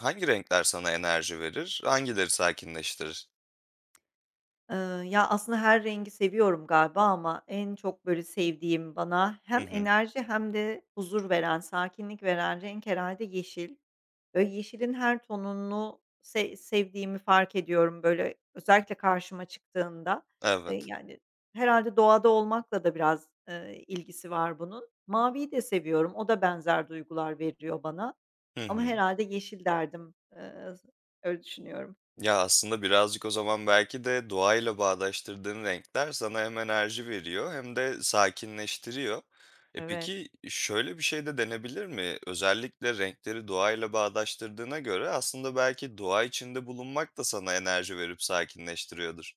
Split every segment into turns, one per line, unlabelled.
Hangi renkler sana enerji verir? Hangileri sakinleştirir?
Eee, Ya, aslında her rengi seviyorum galiba ama en çok, böyle, sevdiğim bana
Hı
hem
hı.
enerji hem de huzur veren, sakinlik veren renk herhalde yeşil. Böyle, yeşilin her tonunu sevdiğimi fark ediyorum, böyle, özellikle karşıma çıktığında.
Evet.
Yani, herhalde doğada olmakla da biraz, ilgisi var bunun. Maviyi de seviyorum, o da benzer duygular veriyor bana
Hı
ama
hı.
herhalde yeşil derdim. Öyle düşünüyorum.
Ya, aslında birazcık o zaman belki de doğayla bağdaştırdığın renkler sana hem enerji veriyor hem de sakinleştiriyor. E,
Evet.
peki şöyle bir şey de denebilir mi? Özellikle renkleri doğayla bağdaştırdığına göre aslında belki doğa içinde bulunmak da sana enerji verip sakinleştiriyordur.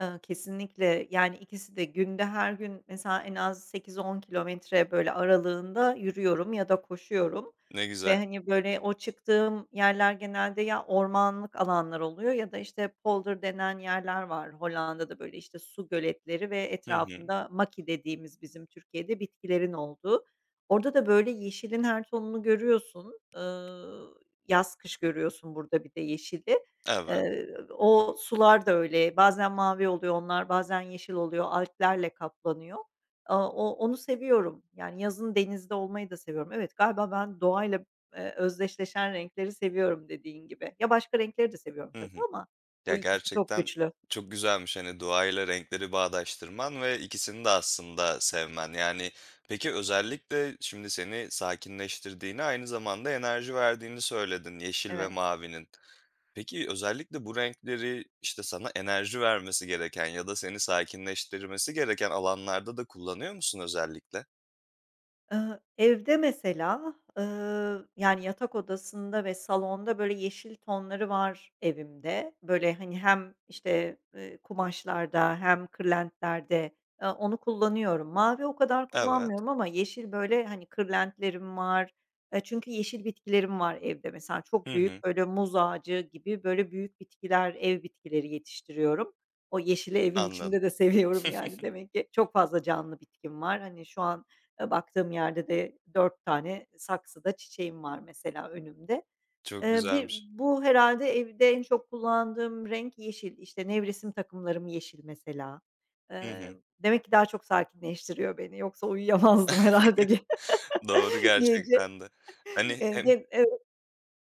Kesinlikle. Yani, ikisi de günde her gün mesela en az 8-10 kilometre, böyle, aralığında yürüyorum ya da koşuyorum
Ne
ve,
güzel.
hani, böyle, o çıktığım yerler genelde ya ormanlık alanlar oluyor ya da, işte, polder denen yerler var. Hollanda'da, böyle, işte, su göletleri ve
Hı hı.
etrafında maki dediğimiz bizim Türkiye'de bitkilerin olduğu. Orada da, böyle, yeşilin her tonunu görüyorsun. Yaz kış görüyorsun burada bir de yeşili.
Evet.
O sular da öyle. Bazen mavi oluyor onlar, bazen yeşil oluyor, alglerle kaplanıyor. Aaa, onu seviyorum. Yani yazın denizde olmayı da seviyorum. Evet, galiba ben doğayla, özdeşleşen renkleri seviyorum dediğin gibi. Ya, başka renkleri de seviyorum
Hı
tabii
hı.
ama
Ya,
bu ikisi çok
gerçekten
güçlü.
çok güzelmiş, hani, doğayla renkleri bağdaştırman ve ikisini de aslında sevmen. Yani, peki, özellikle şimdi seni sakinleştirdiğini, aynı zamanda enerji verdiğini söyledin, yeşil ve
Evet.
mavinin. Peki, özellikle bu renkleri, işte, sana enerji vermesi gereken ya da seni sakinleştirmesi gereken alanlarda da kullanıyor musun özellikle?
Evde mesela, yani, yatak odasında ve salonda, böyle, yeşil tonları var evimde. Böyle, hani, hem, işte, kumaşlarda hem kırlentlerde, onu kullanıyorum. Mavi o kadar
Evet.
kullanmıyorum ama yeşil, böyle, hani, kırlentlerim var. Çünkü yeşil bitkilerim var evde mesela. Çok
Hı hı.
büyük, böyle, muz ağacı gibi, böyle, büyük bitkiler, ev bitkileri yetiştiriyorum. O yeşili evin
Anladım.
içinde de seviyorum, yani, demek ki. Çok fazla canlı bitkim var. Hani, şu an baktığım yerde de 4 tane saksıda çiçeğim var mesela önümde.
Çok
Bir
güzelmiş.
bu herhalde evde en çok kullandığım renk yeşil. İşte, nevresim takımlarım yeşil mesela.
Hı
Eee,
hı.
Demek ki daha çok sakinleştiriyor beni. Yoksa uyuyamazdım herhalde
Doğru
gece.
gerçekten de. Hani, hem
Ge Evet.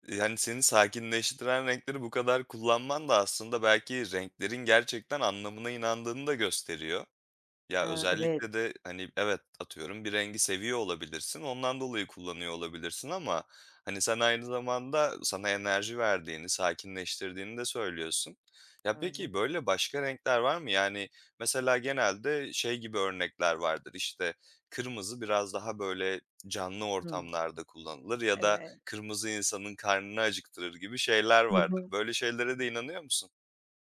Yani, seni sakinleştiren renkleri bu kadar kullanman da aslında belki renklerin gerçekten anlamına inandığını da gösteriyor. Ya,
Aaa, evet,
özellikle de, hani, evet, atıyorum bir rengi seviyor olabilirsin, ondan dolayı kullanıyor olabilirsin ama, hani, sen aynı zamanda sana enerji verdiğini, sakinleştirdiğini de söylüyorsun. Ya,
öyle.
peki, böyle başka renkler var mı? Yani, mesela genelde şey gibi örnekler vardır, İşte kırmızı biraz daha böyle canlı
Hıı,
ortamlarda kullanılır ya da
evet.
kırmızı insanın karnını acıktırır gibi şeyler vardır. Böyle şeylere de inanıyor musun?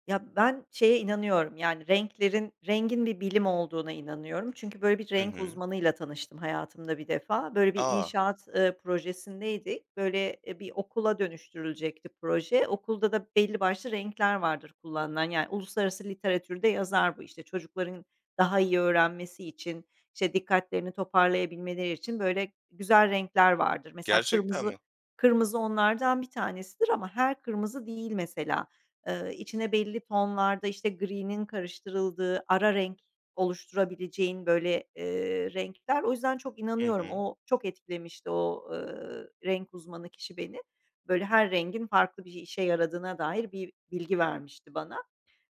Ya, ben şeye inanıyorum, yani, renklerin rengin bir bilim olduğuna inanıyorum. Çünkü böyle bir
Hı
renk
hı.
uzmanıyla tanıştım hayatımda bir defa. Böyle bir
A!
inşaat, projesindeydik. Böyle, bir okula dönüştürülecekti proje. Okulda da belli başlı renkler vardır kullanılan. Yani, uluslararası literatürde yazar bu, işte, çocukların daha iyi öğrenmesi için, işte, dikkatlerini toparlayabilmeleri için böyle güzel renkler vardır. Mesela
Gerçekten
kırmızı
mi?
kırmızı onlardan bir tanesidir ama her kırmızı değil mesela. İçine belli tonlarda, işte, green'in karıştırıldığı, ara renk oluşturabileceğin, böyle, renkler. O yüzden çok
Hı
inanıyorum.
hı.
O çok etkilemişti o, renk uzmanı kişi beni. Böyle, her rengin farklı bir işe yaradığına dair bir bilgi vermişti bana.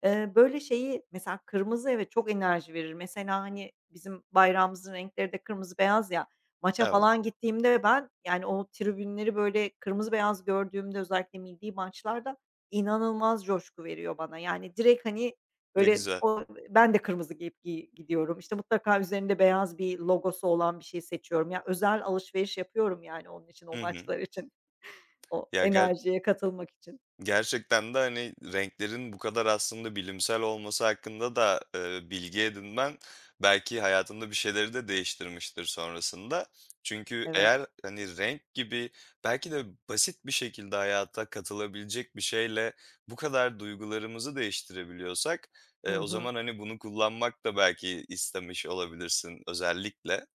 Böyle şeyi mesela kırmızı evet, çok enerji verir. Mesela, hani, bizim bayrağımızın renkleri de kırmızı beyaz ya, maça
Evet,
falan gittiğimde ben, yani, o tribünleri, böyle, kırmızı beyaz gördüğümde özellikle millî maçlarda inanılmaz coşku veriyor bana. Yani, direkt, hani,
ne
böyle,
güzel.
o ben de kırmızı giyip gidiyorum. İşte, mutlaka üzerinde beyaz bir logosu olan bir şey seçiyorum. Ya, özel alışveriş yapıyorum, yani, onun için, o
Hı hı.
maçlar için, o
Ya,
enerjiye katılmak için.
gerçekten de, hani, renklerin bu kadar aslında bilimsel olması hakkında da, bilgi edinmen belki hayatında bir şeyleri de değiştirmiştir sonrasında. Çünkü eğer,
Evet.
hani, renk gibi belki de basit bir şekilde hayata katılabilecek bir şeyle bu kadar duygularımızı değiştirebiliyorsak,
Hı
o
hı.
zaman, hani, bunu kullanmak da belki istemiş olabilirsin özellikle.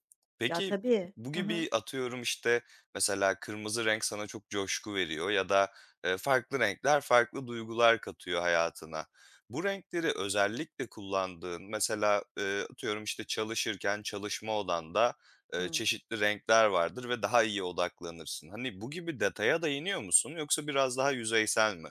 Ya,
Peki,
tabii.
bu
Hı hı.
gibi atıyorum, işte, mesela kırmızı renk sana çok coşku veriyor ya da farklı renkler, farklı duygular katıyor hayatına. Bu renkleri özellikle kullandığın, mesela, atıyorum, işte, çalışırken çalışma odanda,
Hıı.
çeşitli renkler vardır ve daha iyi odaklanırsın. Hani, bu gibi detaya da iniyor musun yoksa biraz daha yüzeysel mi?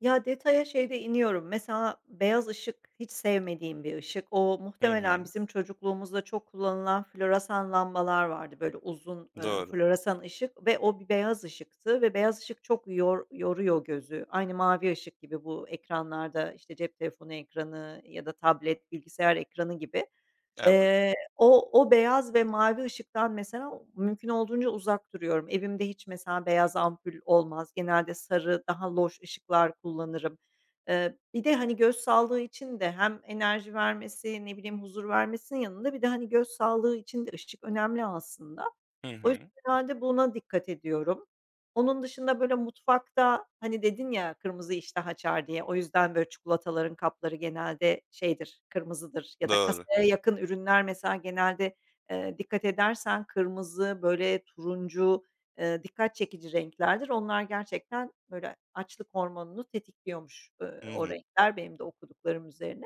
Ya, detaya şeyde iniyorum. Mesela beyaz ışık hiç sevmediğim bir ışık. O
Hı
muhtemelen
hı.
bizim çocukluğumuzda çok kullanılan floresan lambalar vardı. Böyle uzun,
Doğru.
floresan ışık ve o bir beyaz ışıktı ve beyaz ışık çok yoruyor gözü. Aynı mavi ışık gibi bu ekranlarda, işte, cep telefonu ekranı ya da tablet, bilgisayar ekranı gibi.
Evet.
O beyaz ve mavi ışıktan mesela mümkün olduğunca uzak duruyorum. Evimde hiç mesela beyaz ampul olmaz. Genelde sarı, daha loş ışıklar kullanırım. Bir de, hani, göz sağlığı için de hem enerji vermesi, ne bileyim, huzur vermesinin yanında bir de, hani, göz sağlığı için de ışık önemli aslında.
Hı
O yüzden
hı.
herhâlde buna dikkat ediyorum. Onun dışında, böyle, mutfakta, hani, dedin ya, "Kırmızı iştah açar." diye. O yüzden, böyle, çikolataların kapları genelde şeydir, kırmızıdır ya da
Doğru.
kasaya yakın ürünler mesela genelde, dikkat edersen kırmızı, böyle, turuncu, dikkat çekici renklerdir. Onlar gerçekten, böyle, açlık hormonunu tetikliyormuş,
Hı
o
hı.
renkler benim de okuduklarım üzerine.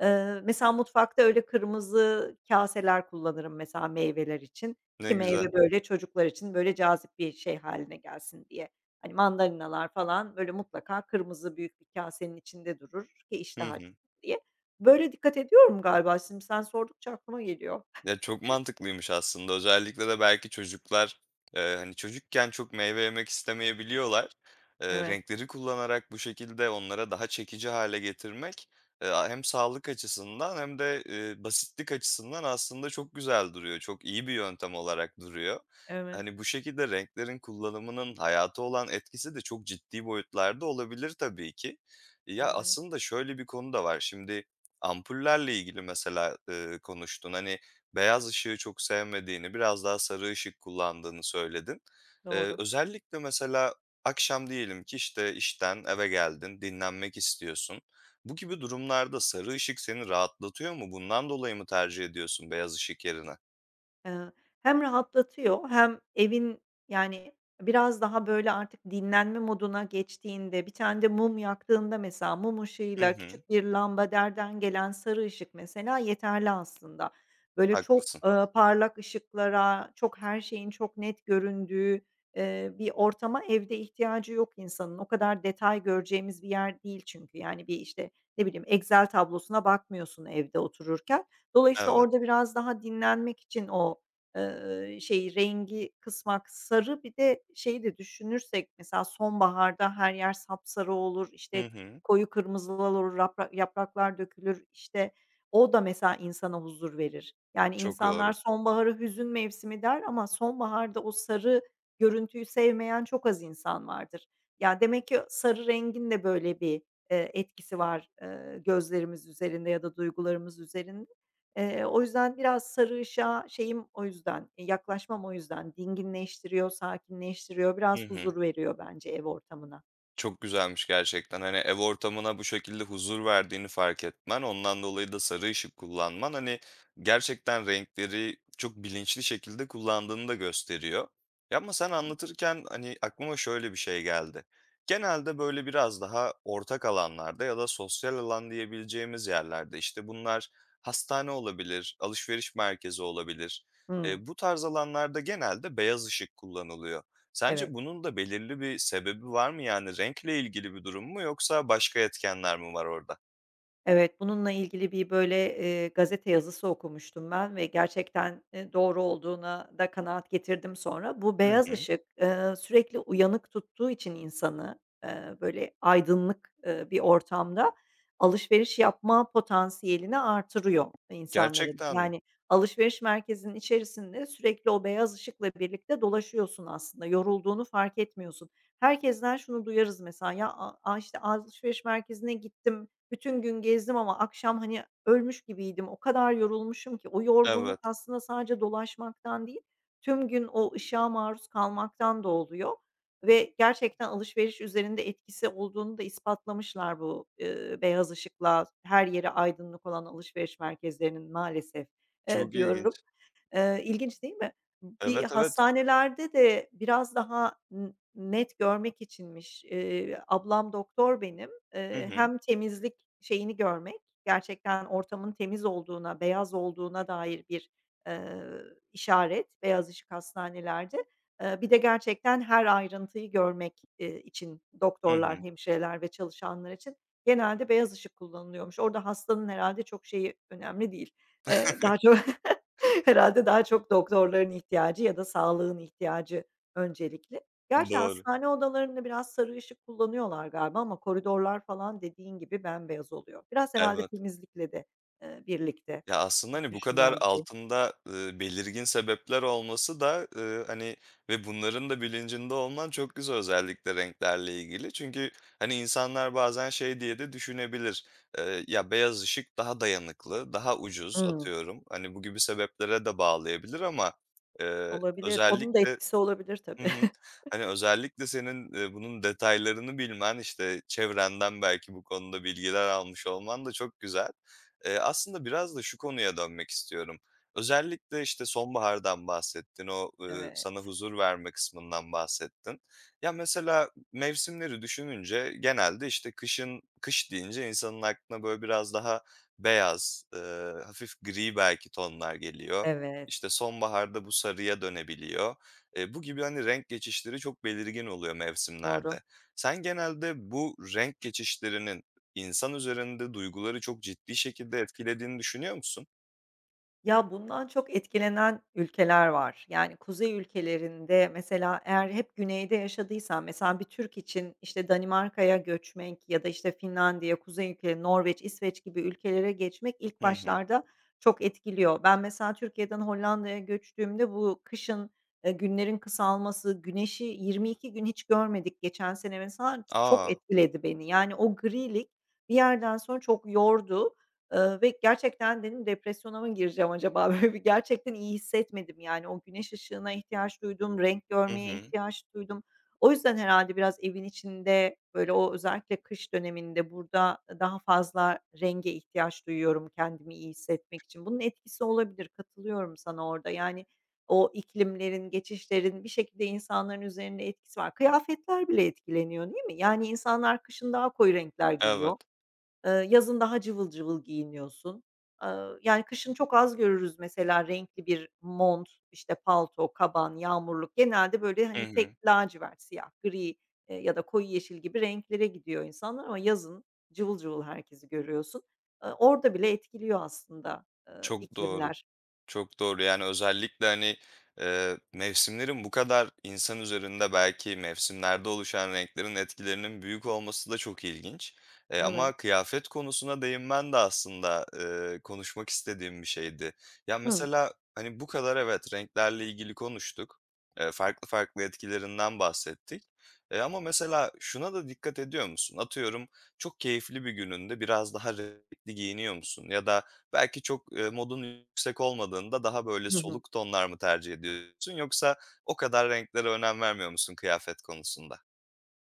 Mesela mutfakta öyle kırmızı kaseler kullanırım mesela meyveler için.
Ne
Ki
güzel.
meyve, böyle, çocuklar için, böyle, cazip bir şey haline gelsin diye. Hani, mandalinalar falan, böyle, mutlaka kırmızı büyük bir kasenin içinde durur ki
Hı
iştah
hı.
açsın diye. Böyle dikkat ediyorum galiba. Şimdi sen sordukça aklıma geliyor.
Ya, çok mantıklıymış aslında. Özellikle de belki çocuklar, hani, çocukken çok meyve yemek istemeyebiliyorlar. Eee,
Evet,
renkleri kullanarak bu şekilde onlara daha çekici hale getirmek, hem sağlık açısından hem de, basitlik açısından aslında çok güzel duruyor. Çok iyi bir yöntem olarak duruyor.
evet,
Hani, bu şekilde renklerin kullanımının hayata olan etkisi de çok ciddi boyutlarda olabilir tabii ki. Ya,
evet.
aslında şöyle bir konu da var. Şimdi ampullerle ilgili mesela, konuştun. Hani, beyaz ışığı çok sevmediğini, biraz daha sarı ışık kullandığını söyledin. Eee,
Doğru.
özellikle mesela akşam diyelim ki, işte, işten eve geldin, dinlenmek istiyorsun. Bu gibi durumlarda sarı ışık seni rahatlatıyor mu? Bundan dolayı mı tercih ediyorsun beyaz ışık yerine?
Eee, Hem rahatlatıyor hem evin, yani, biraz daha, böyle, artık dinlenme moduna geçtiğinde, bir tane de mum yaktığında mesela mum
Hı
ışığıyla
hı.
küçük bir lambaderden gelen sarı ışık mesela yeterli aslında. Böyle çok,
Haklısın.
parlak ışıklara, çok her şeyin çok net göründüğü, bir ortama evde ihtiyacı yok insanın. O kadar detay göreceğimiz bir yer değil çünkü. Yani, bir, işte, ne bileyim, Excel tablosuna bakmıyorsun evde otururken. Dolayısıyla
Evet.
orada biraz daha dinlenmek için o, şeyi, rengi kısmak, sarı bir de şeyi de düşünürsek mesela sonbaharda her yer sapsarı olur,
Hı
işte,
hı.
koyu kırmızılar olur, yapraklar dökülür, işte, o da mesela insana huzur verir. Yani
Çok
insanlar
doğru.
sonbaharı hüzün mevsimi der ama sonbaharda o sarı görüntüyü sevmeyen çok az insan vardır. Ya, demek ki sarı rengin de böyle bir, etkisi var, gözlerimiz üzerinde ya da duygularımız üzerinde. O yüzden biraz sarı ışığa şeyim o yüzden, yaklaşmam o yüzden dinginleştiriyor, sakinleştiriyor,
Hı
biraz
hı.
huzur veriyor bence ev ortamına.
Çok güzelmiş gerçekten. Hani, ev ortamına bu şekilde huzur verdiğini fark etmen, ondan dolayı da sarı ışık kullanman, hani, gerçekten renkleri çok bilinçli şekilde kullandığını da gösteriyor. Ya, ama sen
Evet.
anlatırken, hani, aklıma şöyle bir şey geldi. Genelde, böyle, biraz daha ortak alanlarda ya da sosyal alan diyebileceğimiz yerlerde, işte, bunlar hastane olabilir, alışveriş merkezi olabilir.
Hımm.
Bu tarz alanlarda genelde beyaz ışık kullanılıyor. Sence
Evet.
bunun da belirli bir sebebi var mı? Yani renkle ilgili bir durum mu yoksa başka etkenler mi var orada?
Evet, bununla ilgili bir, böyle, gazete yazısı okumuştum ben ve gerçekten, doğru olduğuna da kanaat getirdim sonra. Bu
Hı
beyaz
hı.
ışık, sürekli uyanık tuttuğu için insanı, böyle, aydınlık, bir ortamda alışveriş yapma potansiyelini artırıyor insanların.
Gerçekten mi?
Yani, alışveriş merkezinin içerisinde sürekli o beyaz ışıkla birlikte dolaşıyorsun aslında, yorulduğunu fark etmiyorsun. Herkesten şunu duyarız mesela, "Ya, işte, alışveriş merkezine gittim, bütün gün gezdim ama akşam, hani, ölmüş gibiydim. O kadar yorulmuşum ki o yorgunluk
Evet.
aslında sadece dolaşmaktan değil, tüm gün o ışığa maruz kalmaktan da oluyor ve gerçekten alışveriş üzerinde etkisi olduğunu da ispatlamışlar bu, beyaz ışıkla her yeri aydınlık olan alışveriş merkezlerinin maalesef,
Çok ilginç.
diyorum. İlginç değil mi? Bir
Evet, evet.
hastanelerde de biraz daha net görmek içinmiş. Ablam doktor benim.
Hı hı.
Hem temizlik şeyini görmek, gerçekten ortamın temiz olduğuna, beyaz olduğuna dair bir, eee, işaret, beyaz ışık hastanelerde. Bir de gerçekten her ayrıntıyı görmek, için
Hı
doktorlar,
hı.
hemşireler ve çalışanlar için genelde beyaz ışık kullanılıyormuş. Orada hastanın herhalde çok şeyi önemli değil. Daha çok herhalde daha çok doktorların ihtiyacı ya da sağlığın ihtiyacı öncelikli. Gerçi
Doğru.
hastane odalarında biraz sarı ışık kullanıyorlar galiba ama koridorlar falan dediğin gibi bembeyaz oluyor. Biraz herhâlde
Evet.
temizlikle de, birlikte
Ya, aslında, hani, bu kadar
düşünülen bir şey.
altında, belirgin sebepler olması da, hani, ve bunların da bilincinde olman çok güzel özellikle renklerle ilgili. Çünkü, hani, insanlar bazen şey diye de düşünebilir, "Ya, beyaz ışık daha dayanıklı, daha ucuz."
Hımm.
atıyorum. Hani, bu gibi sebeplere de bağlayabilir ama,
Olabilir. Onun da
özellikle
etkisi olabilir
Hı
tabii.
hı. Hani, özellikle senin, bunun detaylarını bilmen, işte, çevrenden belki bu konuda bilgiler almış olman da çok güzel. Aslında biraz da şu konuya dönmek istiyorum. Özellikle, işte, sonbahardan bahsettin, o, sana
Evet,
huzur verme kısmından bahsettin. Ya, mesela mevsimleri düşününce genelde, işte, kışın kış deyince insanın aklına, böyle, biraz daha beyaz, hafif gri belki tonlar geliyor.
evet.
İşte, sonbaharda bu sarıya dönebiliyor. Bu gibi, hani, renk geçişleri çok belirgin oluyor
Doğru.
mevsimlerde. Sen genelde bu renk geçişlerinin insan üzerinde duyguları çok ciddi şekilde etkilediğini düşünüyor musun?
Ya, bundan çok etkilenen ülkeler var. Yani, kuzey ülkelerinde mesela eğer hep güneyde yaşadıysan, mesela bir Türk için, işte, Danimarka'ya göçmek ya da, işte, Finlandiya, kuzey ülkeleri, Norveç, İsveç gibi ülkelere geçmek ilk
Hı hı.
başlarda çok etkiliyor. Ben mesela Türkiye'den Hollanda'ya göçtüğümde bu kışın, günlerin kısalması, güneşi 22 gün hiç görmedik geçen sene mesela, çok
A!
etkiledi beni. Yani, o grilik bir yerden sonra çok yordu. Ve gerçekten dedim depresyona mı gireceğim acaba? Böyle bir gerçekten iyi hissetmedim yani. O güneş ışığına ihtiyaç duydum, renk
Hı
görmeye
hı.
ihtiyaç duydum. O yüzden herhalde biraz evin içinde, böyle, o özellikle kış döneminde burada daha fazla renge ihtiyaç duyuyorum kendimi iyi hissetmek için. Bunun etkisi olabilir, katılıyorum sana orada. Yani o iklimlerin, geçişlerin bir şekilde insanların üzerinde etkisi var. Kıyafetler bile etkileniyor, değil mi? Yani insanlar kışın daha koyu renkler
Evet.
giyiyor. Yazın daha cıvıl cıvıl giyiniyorsun. Aaa, yani, kışın çok az görürüz mesela renkli bir mont, işte, palto, kaban, yağmurluk. Genelde, böyle,
Hı
hani, tek
hı.
lacivert, siyah, gri, ya da koyu yeşil gibi renklere gidiyor insanlar ama yazın cıvıl cıvıl herkesi görüyorsun. Orada bile etkiliyor aslında,
Çok doğru.
iklimler.
Çok doğru. Yani, özellikle, hani, mevsimlerin bu kadar insan üzerinde belki mevsimlerde oluşan renklerin etkilerinin büyük olması da çok ilginç. Eee,
Evet.
ama kıyafet konusuna değinmen de aslında, konuşmak istediğim bir şeydi. Ya,
Hı.
mesela, hani, bu kadar evet, renklerle ilgili konuştuk. Farklı farklı etkilerinden bahsettik. Ama mesela şuna da dikkat ediyor musun? Atıyorum, çok keyifli bir gününde biraz daha renkli giyiniyor musun? Ya da belki çok, modun yüksek olmadığında daha böyle
Hı hı.
soluk tonlar mı tercih ediyorsun yoksa o kadar renklere önem vermiyor musun kıyafet konusunda?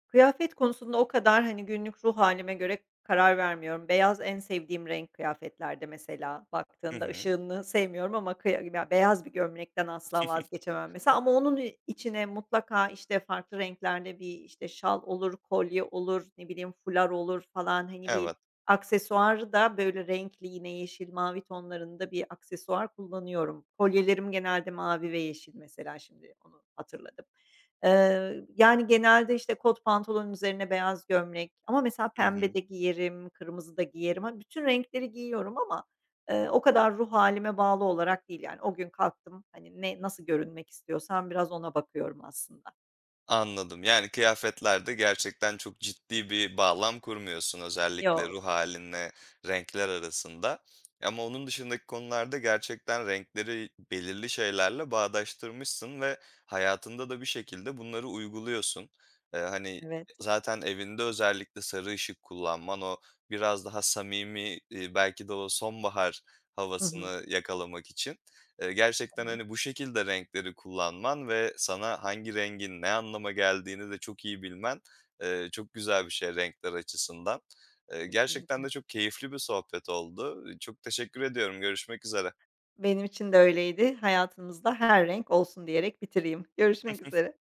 Kıyafet konusunda o kadar, hani, günlük ruh halime göre karar vermiyorum. Beyaz en sevdiğim renk kıyafetlerde mesela.
Hı
Baktığında
hı.
ışığını sevmiyorum ama ya, beyaz bir gömlekten asla vazgeçemem mesela ama onun içine mutlaka, işte, farklı renklerde bir, işte, şal olur, kolye olur, ne bileyim, fular olur falan, hani, bir
Evet.
aksesuarı da böyle renkli yine yeşil, mavi tonlarında bir aksesuar kullanıyorum. Kolyelerim genelde mavi ve yeşil mesela şimdi onu hatırladım. Yani, genelde, işte, kot pantolon üzerine beyaz gömlek ama mesela
Hı
pembe
hı.
de giyerim, kırmızı da giyerim. Hani, bütün renkleri giyiyorum ama, o kadar ruh halime bağlı olarak değil, yani. O gün kalktım, hani, ne nasıl görünmek istiyorsam biraz ona bakıyorum aslında.
Anladım. Yani kıyafetlerde gerçekten çok ciddi bir bağlam kurmuyorsun özellikle ruh
Yok,
hâlinle renkler arasında. Ama onun dışındaki konularda gerçekten renkleri belirli şeylerle bağdaştırmışsın ve hayatında da bir şekilde bunları uyguluyorsun. Hani,
evet.
zaten evinde özellikle sarı ışık kullanman, o biraz daha samimi, belki de o sonbahar
Hı hı.
havasını yakalamak için, Gerçekten,
Evet,
hani, bu şekilde renkleri kullanman ve sana hangi rengin ne anlama geldiğini de çok iyi bilmen, çok güzel bir şey renkler açısından. Gerçekten
kesinlikle.
de çok keyifli bir sohbet oldu. Çok teşekkür ediyorum. Görüşmek üzere.
Benim için de öyleydi. Hayatımızda her renk olsun diyerek bitireyim. Görüşmek üzere.